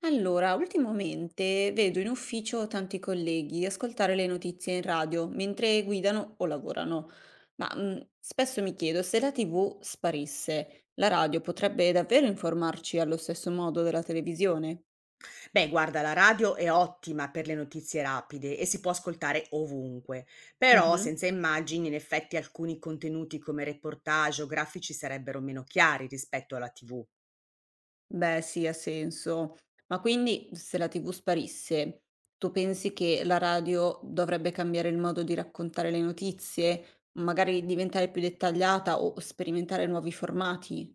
Allora, ultimamente vedo in ufficio tanti colleghi ascoltare le notizie in radio mentre guidano o lavorano, ma spesso mi chiedo se la TV sparisse, la radio potrebbe davvero informarci allo stesso modo della televisione? Beh, guarda, la radio è ottima per le notizie rapide e si può ascoltare ovunque, però Mhm. senza immagini in effetti alcuni contenuti come reportage o grafici sarebbero meno chiari rispetto alla TV. Beh, sì, ha senso. Ma quindi se la TV sparisse, tu pensi che la radio dovrebbe cambiare il modo di raccontare le notizie, magari diventare più dettagliata o sperimentare nuovi formati?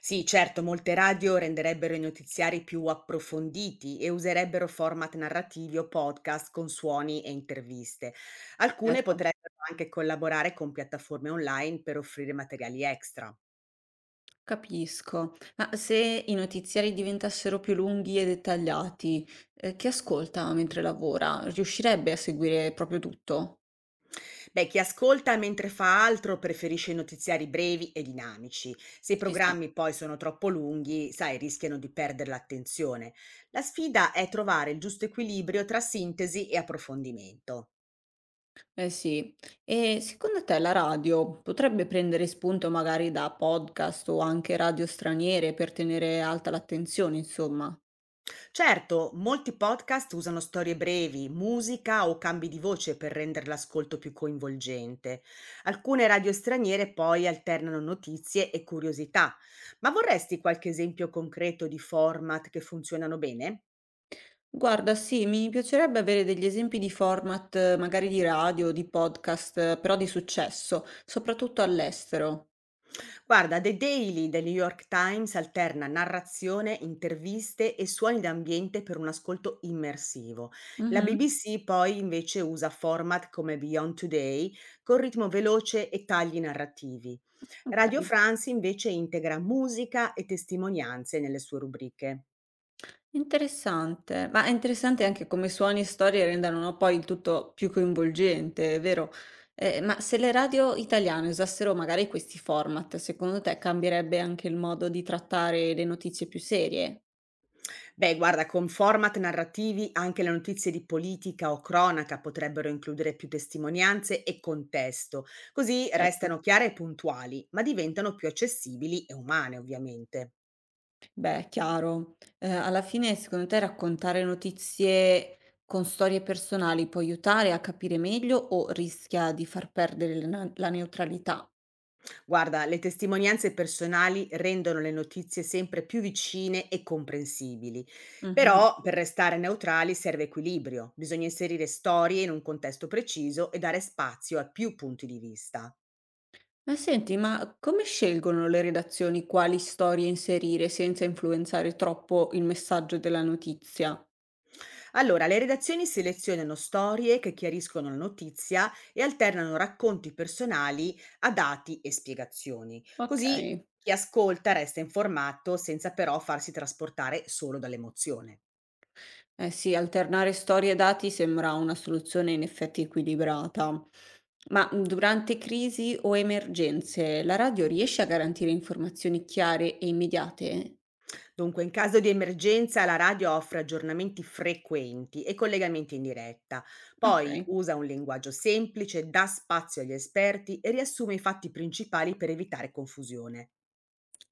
Sì, certo, molte radio renderebbero i notiziari più approfonditi e userebbero format narrativi o podcast con suoni e interviste. Alcune Certo. potrebbero anche collaborare con piattaforme online per offrire materiali extra. Capisco, ma se i notiziari diventassero più lunghi e dettagliati, chi ascolta mentre lavora riuscirebbe a seguire proprio tutto? Beh, chi ascolta mentre fa altro preferisce notiziari brevi e dinamici. Se i Ci sta. programmi poi sono troppo lunghi, sai, rischiano di perdere l'attenzione. La sfida è trovare il giusto equilibrio tra sintesi e approfondimento. Eh sì, e secondo te la radio potrebbe prendere spunto magari da podcast o anche radio straniere per tenere alta l'attenzione, insomma? Certo, molti podcast usano storie brevi, musica o cambi di voce per rendere l'ascolto più coinvolgente. Alcune radio straniere poi alternano notizie e curiosità. Ma vorresti qualche esempio concreto di format che funzionano bene? Guarda, sì, mi piacerebbe avere degli esempi di format, magari di radio, di podcast, però di successo, soprattutto all'estero. Guarda, The Daily del New York Times alterna narrazione, interviste e suoni d'ambiente per un ascolto immersivo. La Mhm. BBC poi invece usa format come Beyond Today con ritmo veloce e tagli narrativi. Radio Ok. France invece integra musica e testimonianze nelle sue rubriche. Interessante, ma è interessante anche come suoni e storie rendano, no, poi il tutto più coinvolgente, è vero? Ma se le radio italiane usassero magari questi format, secondo te cambierebbe anche il modo di trattare le notizie più serie? Beh, guarda, con format narrativi anche le notizie di politica o cronaca potrebbero includere più testimonianze e contesto, così Certo. restano chiare e puntuali, ma diventano più accessibili e umane, ovviamente. Beh, chiaro. Alla fine, secondo te raccontare notizie con storie personali può aiutare a capire meglio o rischia di far perdere la neutralità? Guarda, le testimonianze personali rendono le notizie sempre più vicine e comprensibili, Mhm. però per restare neutrali serve equilibrio, bisogna inserire storie in un contesto preciso e dare spazio a più punti di vista. Ma senti, ma come scelgono le redazioni quali storie inserire senza influenzare troppo il messaggio della notizia? Allora, le redazioni selezionano storie che chiariscono la notizia e alternano racconti personali a dati e spiegazioni. Così Okay. chi ascolta resta informato senza però farsi trasportare solo dall'emozione. Eh sì, alternare storie e dati sembra una soluzione in effetti equilibrata. Ma durante crisi o emergenze, la radio riesce a garantire informazioni chiare e immediate? Dunque, in caso di emergenza, la radio offre aggiornamenti frequenti e collegamenti in diretta. Poi Okay, usa un linguaggio semplice, dà spazio agli esperti e riassume i fatti principali per evitare confusione.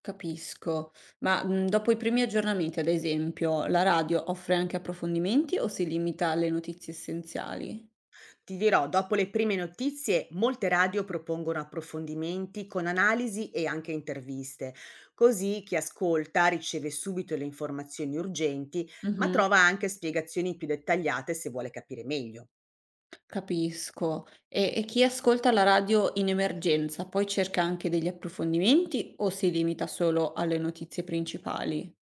capisco. Ma dopo i primi aggiornamenti, ad esempio, la radio offre anche approfondimenti o si limita alle notizie essenziali? Ti dirò, dopo le prime notizie, molte radio propongono approfondimenti con analisi e anche interviste, così chi ascolta riceve subito le informazioni urgenti, ma Mh-mh. trova anche spiegazioni più dettagliate se vuole capire meglio. Capisco. E chi ascolta la radio in emergenza poi cerca anche degli approfondimenti o si limita solo alle notizie principali?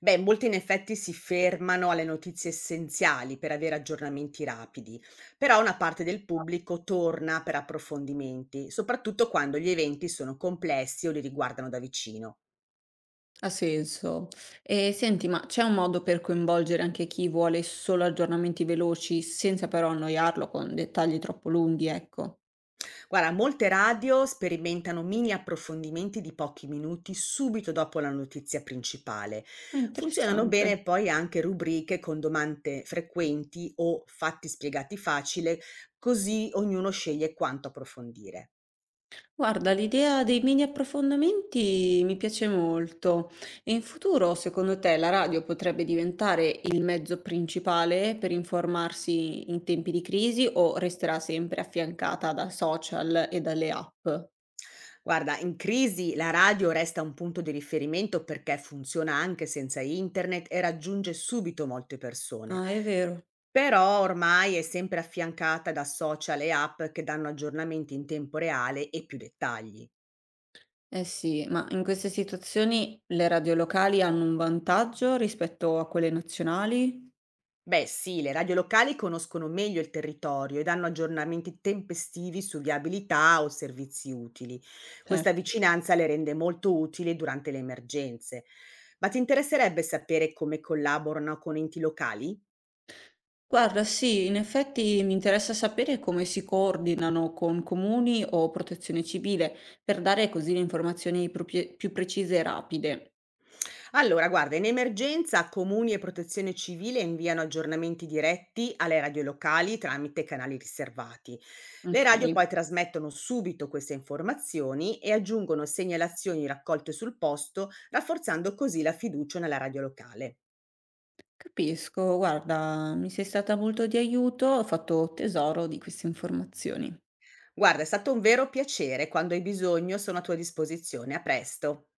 Beh, molti in effetti si fermano alle notizie essenziali per avere aggiornamenti rapidi, però una parte del Esatto. pubblico torna per approfondimenti, soprattutto quando gli eventi sono complessi o li riguardano da vicino. Ha senso. E senti, ma c'è un modo per coinvolgere anche chi vuole solo aggiornamenti veloci senza però annoiarlo con dettagli troppo lunghi, ecco. Guarda, molte radio sperimentano mini approfondimenti di pochi minuti subito dopo la notizia principale. Ah, Funzionano interessante. bene poi anche rubriche con domande frequenti o fatti spiegati facile, così ognuno sceglie quanto approfondire. Guarda, l'idea dei mini approfondimenti mi piace molto e in futuro, secondo te, la radio potrebbe diventare il mezzo principale per informarsi in tempi di crisi o resterà sempre affiancata da social e dalle app? Guarda, in crisi la radio resta un punto di riferimento perché funziona anche senza internet e raggiunge subito molte persone. Ah, è vero. Però ormai è sempre affiancata da social e app che danno aggiornamenti in tempo reale e più dettagli. Eh sì, ma in queste situazioni le radio locali hanno un vantaggio rispetto a quelle nazionali? Beh, sì, le radio locali conoscono meglio il territorio e danno aggiornamenti tempestivi su viabilità o servizi utili. Questa Certo. vicinanza le rende molto utili durante le emergenze. Ma ti interesserebbe sapere come collaborano con enti locali? Guarda, sì, in effetti mi interessa sapere come si coordinano con comuni o protezione civile per dare così le informazioni più precise e rapide. Allora, guarda, in emergenza comuni e protezione civile inviano aggiornamenti diretti alle radio locali tramite canali riservati. Le Ok, radio poi trasmettono subito queste informazioni e aggiungono segnalazioni raccolte sul posto, rafforzando così la fiducia nella radio locale. capisco, guarda, mi sei stata molto di aiuto, ho fatto tesoro di queste informazioni. Guarda, è stato un vero piacere, quando hai bisogno sono a tua disposizione. A presto.